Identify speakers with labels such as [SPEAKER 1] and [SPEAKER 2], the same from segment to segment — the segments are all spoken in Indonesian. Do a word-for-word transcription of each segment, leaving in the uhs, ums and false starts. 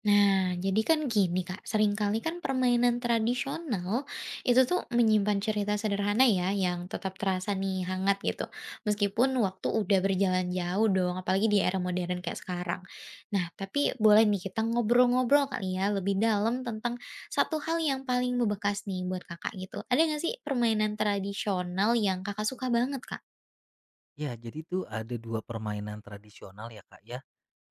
[SPEAKER 1] Nah, jadi kan gini Kak, seringkali kan permainan tradisional itu tuh menyimpan cerita sederhana ya yang tetap terasa nih hangat gitu. Meskipun waktu udah berjalan jauh dong, apalagi di era modern kayak sekarang. Nah, tapi boleh nih kita ngobrol-ngobrol kali ya lebih dalam tentang satu hal yang paling membekas nih buat Kakak gitu. Ada nggak sih permainan tradisional yang Kakak suka banget Kak?
[SPEAKER 2] Ya, jadi tuh ada dua permainan tradisional ya, Kak, ya,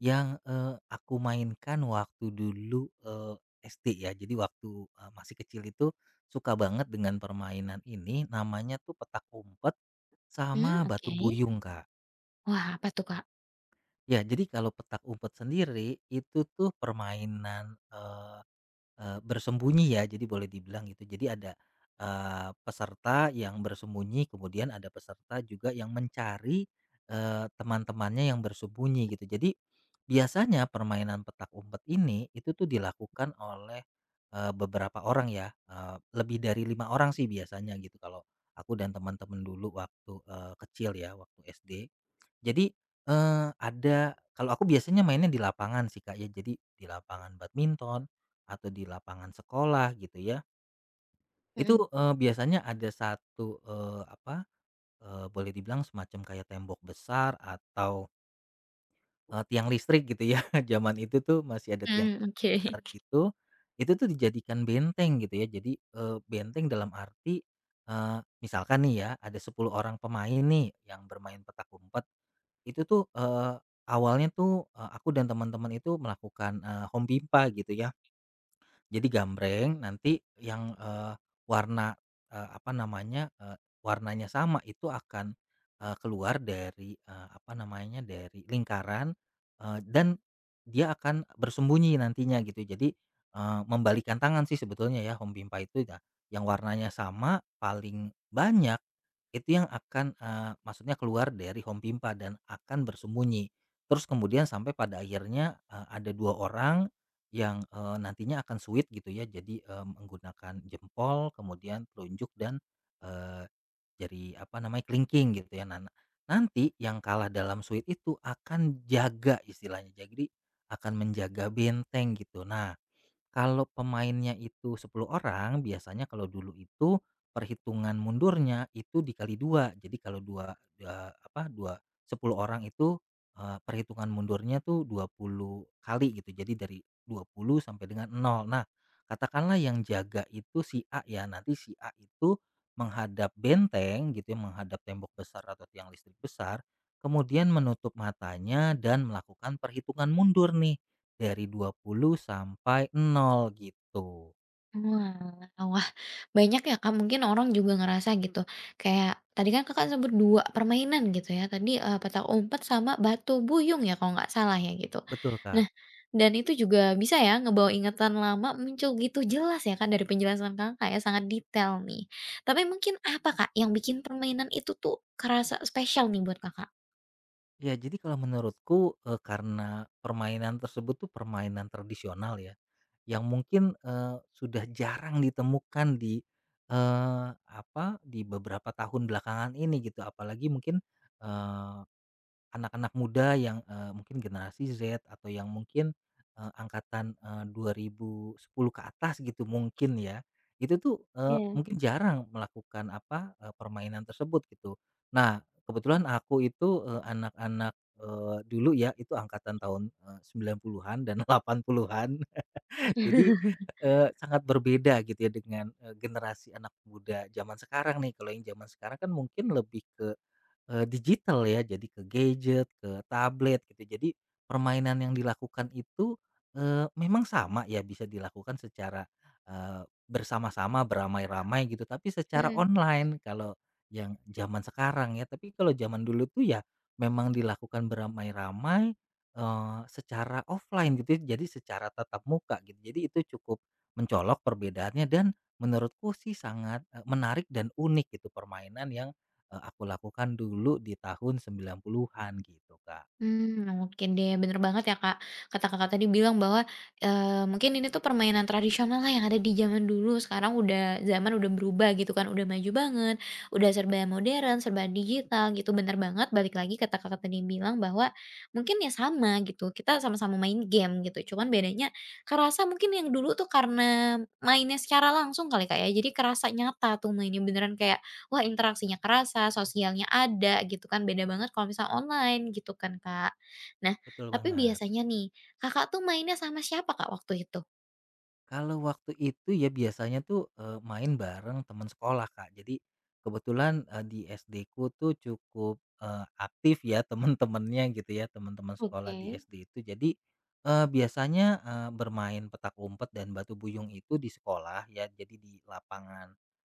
[SPEAKER 2] yang, eee, aku mainkan waktu dulu, eee, S D ya. Jadi waktu, eee, masih kecil itu suka banget dengan permainan ini, namanya tuh petak umpet
[SPEAKER 1] Hmm,
[SPEAKER 2] sama batu
[SPEAKER 1] oke.
[SPEAKER 2] buyung, Kak.
[SPEAKER 1] Wah, apa tuh Kak?
[SPEAKER 2] Ya, jadi kalau petak umpet sendiri, itu tuh permainan, Eee, bersembunyi ya, jadi boleh dibilang gitu. Jadi ada, eee, peserta yang bersembunyi, kemudian ada peserta juga yang mencari, eee, teman-temannya yang bersembunyi gitu. Jadi biasanya permainan petak umpet ini itu tuh dilakukan oleh, eee, beberapa orang ya, eee, lebih dari lima orang sih biasanya gitu kalau aku dan teman-teman dulu waktu, eee, kecil ya, waktu S D. Jadi, eee, ada kalau aku biasanya mainnya di lapangan sih, Kak, ya. Jadi di lapangan badminton atau di lapangan sekolah gitu ya. Itu,
[SPEAKER 1] Mhm.
[SPEAKER 2] eee, biasanya ada satu, eee, apa, eee, boleh dibilang semacam kayak tembok besar atau, eee, tiang listrik gitu ya. Zaman itu tuh masih ada tiang
[SPEAKER 1] Hmm, oke.
[SPEAKER 2] besar gitu. Itu tuh dijadikan benteng gitu ya. Jadi, eee, benteng dalam arti, eee, misalkan nih ya, ada sepuluh orang pemain nih yang bermain petak umpet. Itu tuh, eee, awalnya tuh, eee, aku dan teman-teman itu melakukan, eee, home pimpa gitu ya, jadi gambreng nanti yang, eee, warna, eee, apa namanya, eee, warnanya sama itu akan, eee, keluar dari, eee, apa namanya, dari lingkaran, eee, dan dia akan bersembunyi nantinya gitu. Jadi, eee, membalikkan tangan sih sebetulnya ya home pimpa itu ya, yang warnanya sama paling banyak itu yang akan, eee, maksudnya keluar dari home pimpa dan akan bersembunyi. Terus kemudian sampai pada akhirnya, eee, ada dua orang yang, eee, nantinya akan suit gitu ya jadi, eee, menggunakan jempol kemudian telunjuk dan, eee, jari apa namanya kelingking gitu ya. Nan nanti yang kalah dalam suit itu akan jaga istilahnya, jadi akan menjaga benteng gitu. Nah kalau pemainnya itu sepuluh orang, biasanya kalau dulu itu perhitungan mundurnya itu dikali dua. Jadi kalau dua, dua apa dua sepuluh orang itu eh, perhitungan mundurnya tuh dua puluh kali gitu. Jadi dari dua puluh sampai dengan nol. Nah, katakanlah yang jaga itu si A ya. Nanti si A itu menghadap benteng gitu ya, menghadap tembok besar atau tiang listrik besar, kemudian menutup matanya dan melakukan perhitungan mundur nih. Dari dua puluh sampai nol gitu.
[SPEAKER 1] Oalah. Wah, banyak ya, Kak, mungkin orang juga ngerasa gitu, kayak tadi kan Kakak sebut dua permainan gitu ya, tadi, eee, petak umpet sama batu buyung ya kalau nggak salah ya gitu.
[SPEAKER 2] Betul,
[SPEAKER 1] Nah,
[SPEAKER 2] Kak.
[SPEAKER 1] dan itu juga bisa ya ngebawa ingatan lama muncul gitu jelas ya, kan dari penjelasan Kakak ya, sangat detail nih. Tapi mungkin apa, Kak, yang bikin permainan itu tuh kerasa spesial nih buat Kakak?
[SPEAKER 2] Ya, jadi kalau menurutku, eee, karena permainan tersebut tuh permainan tradisional ya, yang mungkin, eee, sudah jarang ditemukan di, eee, apa, di beberapa tahun belakangan ini gitu, apalagi mungkin, eh, Anak-anak muda yang, eee, mungkin generasi Z atau yang mungkin, eee, angkatan, eee, dua ribu sepuluh ke atas gitu mungkin ya, itu tuh, eee, mungkin jarang melakukan apa, eee, permainan tersebut gitu. Nah, kebetulan aku itu, eee, anak-anak, eee, dulu ya itu angkatan tahun, eee, sembilan puluhan-an dan delapan puluhan-an jadi, eee, sangat berbeda gitu ya dengan, eee, generasi anak muda zaman sekarang nih. Kalau yang zaman sekarang kan mungkin lebih ke eee, digital ya, jadi ke gadget, ke tablet gitu. Jadi permainan yang dilakukan itu, eee, memang sama ya bisa dilakukan secara, eee, bersama-sama beramai-ramai gitu, tapi secara
[SPEAKER 1] Mhm.
[SPEAKER 2] online kalau yang zaman sekarang ya. Tapi kalau zaman dulu tuh ya memang dilakukan beramai-ramai, eee, secara offline gitu ya, jadi secara tatap muka gitu. Jadi itu cukup mencolok perbedaannya dan menurutku sih sangat, eee, menarik dan unik gitu permainan yang Eee, aku lakukan dulu di tahun sembilan puluhan-an gitu, Kak.
[SPEAKER 1] Hmm, mungkin deh, bener banget ya, Kak. Kata Kakak tadi bilang bahwa, eee, mungkin ini tuh permainan tradisional lah yang ada di zaman dulu, sekarang udah zaman udah berubah gitu kan, udah maju banget, udah serba modern, serba digital gitu, bener banget. Balik lagi kata Kakak tadi bilang bahwa mungkin ya sama gitu, kita sama-sama main game gitu, cuman bedanya kerasa mungkin yang dulu tuh karena mainnya secara langsung kali, Kak, ya, jadi kerasa nyata tuh mainnya, beneran kayak wah interaksinya kerasa, sosialnya ada gitu kan, beda banget kalau misal online gitu kan, Kak. Nah,
[SPEAKER 2] Betul
[SPEAKER 1] tapi
[SPEAKER 2] banget.
[SPEAKER 1] biasanya nih Kakak tuh mainnya sama siapa, Kak, waktu itu?
[SPEAKER 2] Kalau waktu itu ya biasanya tuh, eee, main bareng teman sekolah, Kak. Jadi kebetulan, eee, di S D-ku tuh cukup, eee, aktif ya teman-temannya gitu ya, teman-teman sekolah
[SPEAKER 1] Oke.
[SPEAKER 2] di S D itu. Jadi, eee, biasanya, eee, bermain petak umpet dan batu buyung itu di sekolah ya, jadi di lapangan,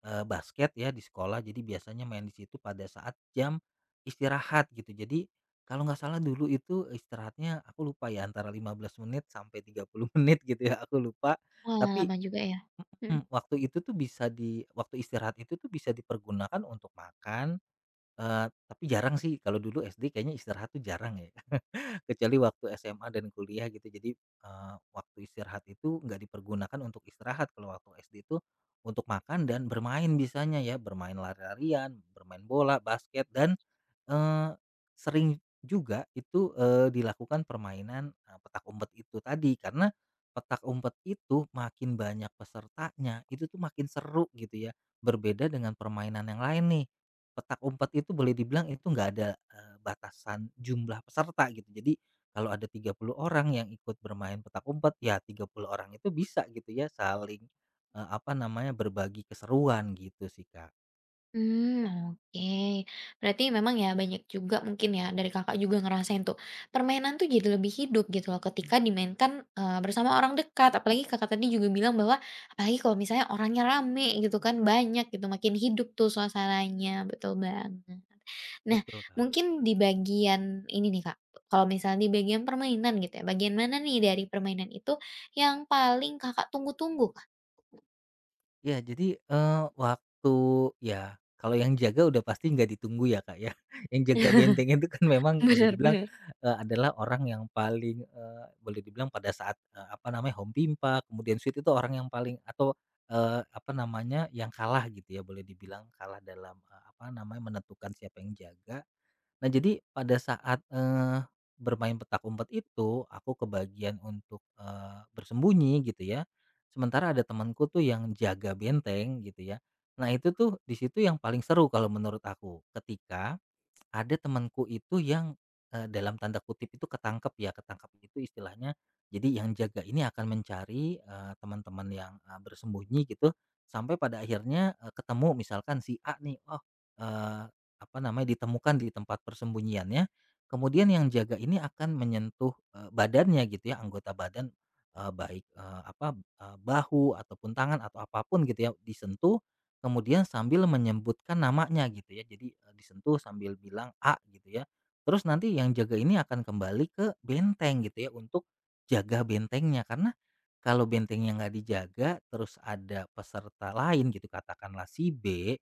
[SPEAKER 2] eee, basket ya di sekolah. Jadi biasanya main di situ pada saat jam istirahat gitu. Jadi kalau nggak salah dulu itu istirahatnya aku lupa ya antara lima belas menit sampai tiga puluh menit gitu ya, aku lupa.
[SPEAKER 1] Wah,
[SPEAKER 2] Tapi
[SPEAKER 1] lama juga ya? Mhm.
[SPEAKER 2] mhm, waktu itu tuh bisa di waktu istirahat itu tuh bisa dipergunakan untuk makan, eee, tapi jarang sih kalau dulu S D kayaknya istirahat tuh jarang ya. Kecuali waktu S M A dan kuliah gitu. Jadi, eee, waktu istirahat itu nggak dipergunakan untuk istirahat. Kalau waktu S D itu untuk makan dan bermain bisanya ya, bermain lari-larian, bermain bola, basket, dan, eee, sering juga itu, eee, dilakukan permainan, eee, petak umpet itu tadi. Karena petak umpet itu makin banyak pesertanya, itu tuh makin seru gitu ya. Berbeda dengan permainan yang lain nih. Petak umpet itu boleh dibilang itu nggak ada, eee, batasan jumlah peserta gitu. Jadi kalau ada tiga puluh orang yang ikut bermain petak umpet, ya tiga puluh orang itu bisa gitu ya saling, eee, apa namanya, berbagi keseruan gitu sih, Kak.
[SPEAKER 1] Hmm, oke. Berarti memang ya banyak juga mungkin ya dari Kakak juga ngerasain tuh, permainan tuh jadi lebih hidup gitu loh ketika dimainkan, eee, bersama orang dekat. Apalagi Kakak tadi juga bilang bahwa apalagi kalau misalnya orangnya rame gitu kan, banyak gitu, makin hidup tuh suasananya, betul banget. Nah,
[SPEAKER 2] Betul, Kak.
[SPEAKER 1] mungkin di bagian ini nih Kak, kalau misalnya di bagian permainan gitu ya, bagian mana nih dari permainan itu yang paling Kakak tunggu-tunggu Kak?
[SPEAKER 2] Ya jadi, eee, waktu ya kalau yang jaga udah pasti nggak ditunggu ya, Kak, ya. Yang jaga benteng itu kan memang boleh
[SPEAKER 1] Bener
[SPEAKER 2] dibilang,
[SPEAKER 1] bener.
[SPEAKER 2] eee, adalah orang yang paling, eee, boleh dibilang pada saat, eee, apa namanya, home pimpa, kemudian sweet itu orang yang paling atau, eee, apa namanya, yang kalah gitu ya, boleh dibilang kalah dalam, eee, apa namanya, menentukan siapa yang jaga. Nah, jadi pada saat, eee, bermain petak umpet itu, aku kebagian untuk, eee, bersembunyi gitu ya. Sementara ada temanku tuh yang jaga benteng gitu ya. Nah, itu tuh di situ yang paling seru kalau menurut aku, ketika ada temanku itu yang, eee, dalam tanda kutip itu "ketangkep" ya, ketangkep itu istilahnya, jadi yang jaga ini akan mencari, eee, teman-teman yang, eee, bersembunyi gitu, sampai pada akhirnya, eee, ketemu misalkan si A nih, oh, eee, apa namanya, ditemukan di tempat persembunyiannya, kemudian yang jaga ini akan menyentuh, eee, badannya gitu ya, anggota badan, eee, baik, eee, apa, eee, bahu ataupun tangan atau apapun gitu ya, disentuh kemudian sambil menyebutkan namanya gitu ya. Jadi, eee, disentuh sambil bilang "A" gitu ya. Terus nanti yang jaga ini akan kembali ke benteng gitu ya, untuk jaga bentengnya. Karena kalau bentengnya nggak dijaga, terus ada peserta lain gitu, katakanlah si B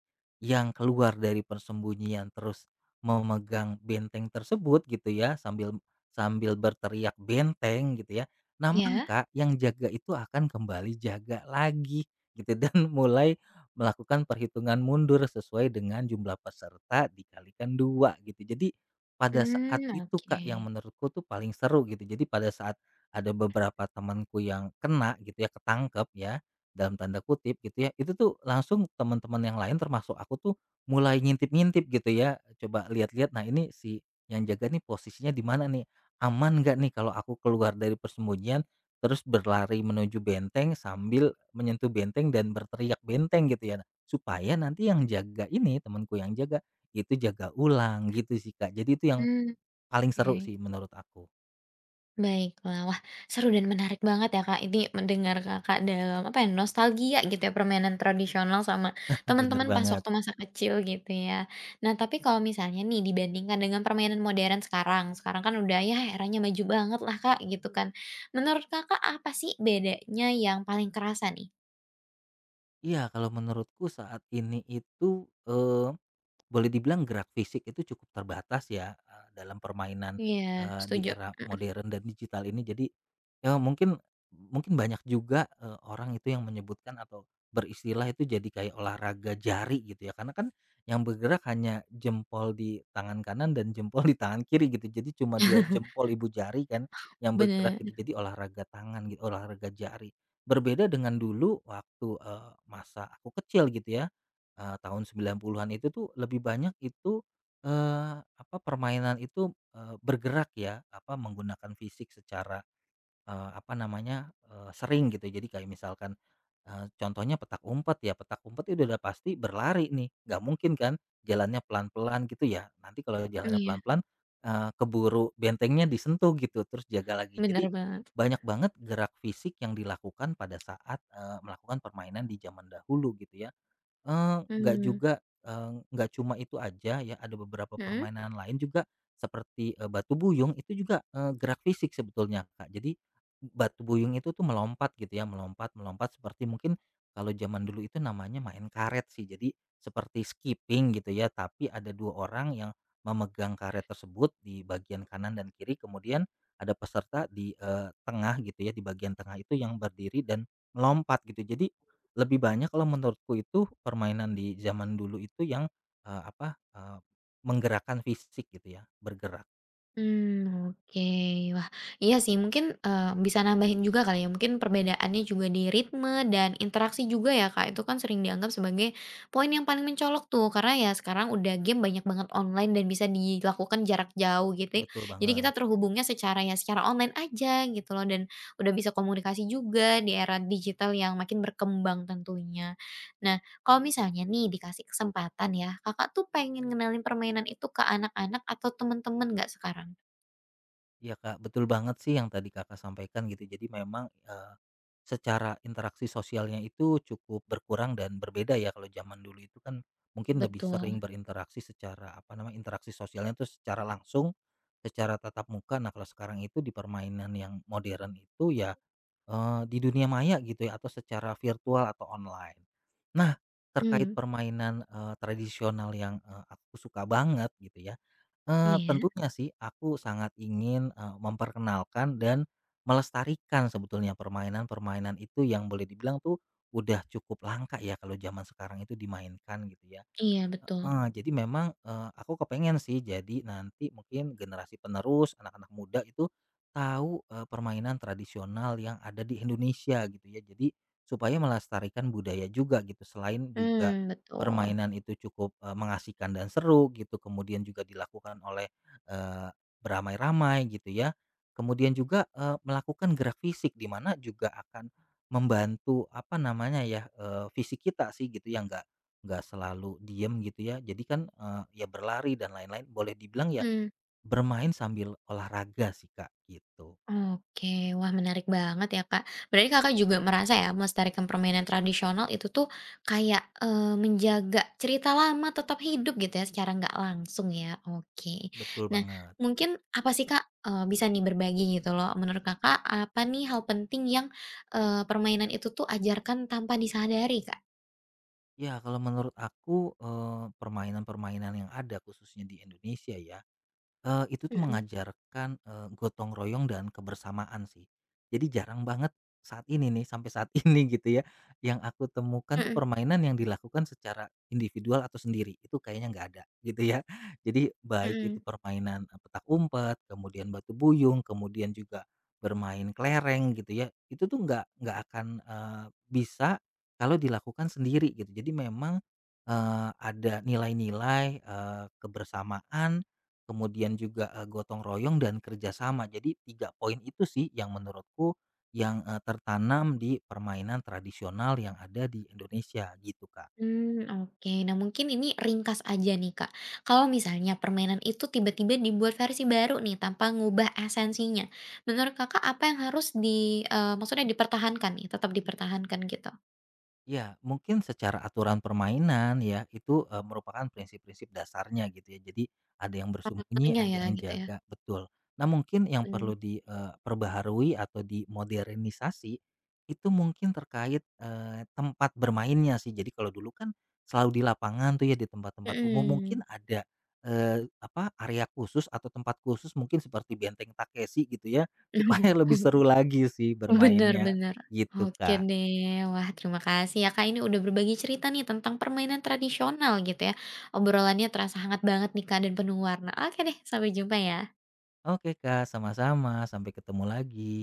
[SPEAKER 2] yang keluar dari persembunyian terus memegang benteng tersebut gitu ya, sambil sambil berteriak "Benteng!" gitu ya. Nah,
[SPEAKER 1] Iya?
[SPEAKER 2] maka yang jaga itu akan kembali jaga lagi gitu dan mulai melakukan perhitungan mundur sesuai dengan jumlah peserta dikalikan dua gitu. Jadi pada saat
[SPEAKER 1] Mmm,
[SPEAKER 2] itu
[SPEAKER 1] oke.
[SPEAKER 2] Kak yang menurutku tuh paling seru gitu. Jadi pada saat ada beberapa temanku yang kena gitu ya, ketangkep ya dalam tanda kutip gitu ya. Itu tuh langsung teman-teman yang lain termasuk aku tuh mulai ngintip-ngintip gitu ya. Coba lihat-lihat, nah ini si yang jaga nih posisinya di mana nih? Aman nggak nih kalau aku keluar dari persembunyian? Terus berlari menuju benteng sambil menyentuh benteng dan berteriak benteng gitu ya. Supaya nanti yang jaga ini, temanku yang jaga, itu jaga ulang gitu sih Kak. Jadi itu yang
[SPEAKER 1] Mmm,
[SPEAKER 2] paling seru
[SPEAKER 1] oke.
[SPEAKER 2] sih menurut aku.
[SPEAKER 1] Baiklah. Wah, seru dan menarik banget ya, Kak, ini mendengar Kakak dalam, apa ya, nostalgia gitu ya, permainan tradisional sama
[SPEAKER 2] Bener
[SPEAKER 1] teman-teman pas
[SPEAKER 2] banget.
[SPEAKER 1] waktu masa kecil gitu ya. Nah, tapi kalau misalnya nih dibandingkan dengan permainan modern sekarang, sekarang kan udah ya eranya maju banget lah, Kak, gitu kan. Menurut Kakak apa sih bedanya yang paling kerasa nih?
[SPEAKER 2] Iya kalau menurutku saat ini itu, eh, Boleh dibilang gerak fisik itu cukup terbatas ya, eee, dalam permainan,
[SPEAKER 1] Iya,
[SPEAKER 2] eee, di
[SPEAKER 1] setuju.
[SPEAKER 2] era
[SPEAKER 1] Mhm.
[SPEAKER 2] modern dan digital ini. Jadi, ya mungkin mungkin banyak juga, eee, orang itu yang menyebutkan atau beristilah itu jadi kayak olahraga jari gitu ya, karena kan yang bergerak hanya jempol di tangan kanan dan jempol di tangan kiri gitu. Jadi cuma dua jempol ibu jari kan yang bergerak
[SPEAKER 1] Bener.
[SPEAKER 2] gitu, jadi olahraga tangan gitu, olahraga jari. Berbeda dengan dulu waktu, eee, masa aku kecil gitu ya, Eee, tahun sembilan puluhan-an itu tuh lebih banyak itu, eee, apa, permainan itu, eee, bergerak ya, apa, menggunakan fisik secara, eee, apa namanya, eee, sering gitu. Jadi kayak misalkan, eee, contohnya petak umpet ya, petak umpet itu udah pasti berlari nih, nggak mungkin kan jalannya pelan-pelan gitu ya. Nanti kalau jalannya
[SPEAKER 1] Iya,
[SPEAKER 2] pelan-pelan, eee, keburu bentengnya disentuh gitu, terus jaga lagi.
[SPEAKER 1] bener
[SPEAKER 2] Jadi
[SPEAKER 1] banget.
[SPEAKER 2] banyak banget gerak fisik yang dilakukan pada saat, eee, melakukan permainan di zaman dahulu gitu ya. Eee, nggak
[SPEAKER 1] Mmm,
[SPEAKER 2] juga, eee, nggak cuma itu aja ya, ada beberapa
[SPEAKER 1] mhm?
[SPEAKER 2] permainan lain juga seperti, eee, batu buyung itu juga, eee, gerak fisik sebetulnya, Kak. Jadi batu buyung itu tuh melompat gitu ya, melompat melompat seperti mungkin kalau zaman dulu itu namanya main karet sih. Jadi seperti skipping gitu ya, tapi ada dua orang yang memegang karet tersebut di bagian kanan dan kiri, kemudian ada peserta di, eee, tengah gitu ya, di bagian tengah itu yang berdiri dan melompat gitu. Jadi lebih banyak kalau menurutku itu permainan di zaman dulu itu yang, eee, apa, eee, menggerakkan fisik gitu ya, bergerak.
[SPEAKER 1] Hmm, oke. Wah, iya sih mungkin, eee, bisa nambahin juga kali ya, mungkin perbedaannya juga di ritme dan interaksi juga ya, Kak, itu kan sering dianggap sebagai poin yang paling mencolok tuh, karena ya sekarang udah game banyak banget online dan bisa dilakukan jarak jauh gitu. Ya.
[SPEAKER 2] Betul
[SPEAKER 1] Jadi kita
[SPEAKER 2] banget.
[SPEAKER 1] terhubungnya secara ya secara online aja gitu loh dan udah bisa komunikasi juga di era digital yang makin berkembang tentunya. Nah, kalau misalnya nih dikasih kesempatan ya, Kakak tuh pengen ngenalin permainan itu ke anak-anak atau temen-temen nggak sekarang?
[SPEAKER 2] Iya, Kak, betul banget sih yang tadi Kakak sampaikan gitu. Jadi memang, eee, secara interaksi sosialnya itu cukup berkurang dan berbeda ya kalau zaman dulu itu kan mungkin lebih sering
[SPEAKER 1] Betul.
[SPEAKER 2] berinteraksi secara apa namanya, interaksi sosialnya itu secara langsung, secara tatap muka. Nah, kalau sekarang itu di permainan yang modern itu ya Eee, di dunia maya gitu ya atau secara virtual atau online. Nah, terkait
[SPEAKER 1] Hmm,
[SPEAKER 2] permainan, eee, tradisional yang, eee, aku suka banget gitu ya, eee,
[SPEAKER 1] iya.
[SPEAKER 2] tentunya sih aku sangat ingin, eee, memperkenalkan dan melestarikan sebetulnya permainan-permainan itu yang boleh dibilang tuh udah cukup langka ya kalau zaman sekarang itu dimainkan gitu ya.
[SPEAKER 1] Iya betul.
[SPEAKER 2] Heeh, jadi memang, eee, aku kepengen sih jadi nanti mungkin generasi penerus anak-anak muda itu tahu, eee, permainan tradisional yang ada di Indonesia gitu ya. Jadi supaya melestarikan budaya juga gitu selain juga
[SPEAKER 1] Hmm, betul.
[SPEAKER 2] permainan itu cukup, eee, mengasihkan dan seru gitu kemudian juga dilakukan oleh, eee, beramai-ramai gitu ya. Kemudian juga, eee, melakukan gerak fisik di mana juga akan membantu apa namanya ya, eee, fisik kita sih gitu ya nggak Nggak selalu diem gitu ya. Jadi kan, eee, ya berlari dan lain-lain boleh dibilang ya
[SPEAKER 1] Hmm.
[SPEAKER 2] bermain sambil olahraga sih, Kak, gitu.
[SPEAKER 1] Oke, wah menarik banget ya Kak. Berarti Kakak juga merasa ya melestarikan permainan tradisional itu tuh kayak, eee, menjaga cerita lama tetap hidup gitu ya secara nggak langsung ya, oke.
[SPEAKER 2] Betul
[SPEAKER 1] Nah,
[SPEAKER 2] banget.
[SPEAKER 1] mungkin apa sih Kak, eee, bisa nih berbagi gitu loh menurut Kakak apa nih hal penting yang, eee, permainan itu tuh ajarkan tanpa disadari Kak?
[SPEAKER 2] Ya kalau menurut aku, eee, permainan-permainan yang ada khususnya di Indonesia ya, Eee, itu tuh
[SPEAKER 1] Mhm,
[SPEAKER 2] mengajarkan, eee, gotong royong dan kebersamaan sih. Jadi jarang banget saat ini nih, sampai saat ini gitu ya, yang aku temukan tuh
[SPEAKER 1] mhm,
[SPEAKER 2] permainan yang dilakukan secara individual atau sendiri, itu kayaknya nggak ada gitu ya. Jadi baik itu
[SPEAKER 1] mhm.
[SPEAKER 2] permainan, eee, petak umpet, kemudian batu buyung, kemudian juga bermain kelereng gitu ya, itu tuh nggak nggak akan, eee, bisa kalau dilakukan sendiri gitu. Jadi memang, eee, ada nilai-nilai, eee, kebersamaan kemudian juga, eee, gotong royong dan kerjasama. Jadi tiga poin itu sih yang menurutku yang, eee, tertanam di permainan tradisional yang ada di Indonesia gitu, Kak.
[SPEAKER 1] Hmm, oke. Nah, mungkin ini ringkas aja nih, Kak. Kalau misalnya permainan itu tiba-tiba dibuat versi baru nih tanpa ngubah esensinya, menurut Kakak apa yang harus di eee, maksudnya dipertahankan nih, tetap dipertahankan gitu?
[SPEAKER 2] Ya, mungkin secara aturan permainan ya, itu, eee, merupakan prinsip-prinsip dasarnya gitu ya. Jadi ada yang bersembunyi,
[SPEAKER 1] Karakternya
[SPEAKER 2] ada
[SPEAKER 1] ya
[SPEAKER 2] yang
[SPEAKER 1] gitu ya?
[SPEAKER 2] jaga, betul. Nah mungkin yang
[SPEAKER 1] Mmm,
[SPEAKER 2] perlu diperbaharui atau dimodernisasi, itu mungkin terkait, eee, tempat bermainnya sih. Jadi kalau dulu kan selalu di lapangan tuh ya, di tempat-tempat umum, mungkin
[SPEAKER 1] mhm.
[SPEAKER 2] ada, eee, apa, area khusus atau tempat khusus mungkin seperti Benteng Takeshi gitu ya, supaya lebih seru lagi sih
[SPEAKER 1] Bener
[SPEAKER 2] bermainnya,
[SPEAKER 1] bener.
[SPEAKER 2] gitu
[SPEAKER 1] Oke
[SPEAKER 2] Kak.
[SPEAKER 1] deh. Wah, terima kasih ya, Kak, ini udah berbagi cerita nih tentang permainan tradisional gitu ya. Obrolannya terasa hangat banget nih, Kak, dan penuh warna. Oke deh, sampai jumpa ya.
[SPEAKER 2] Oke Kak, sama-sama. Sampai ketemu lagi.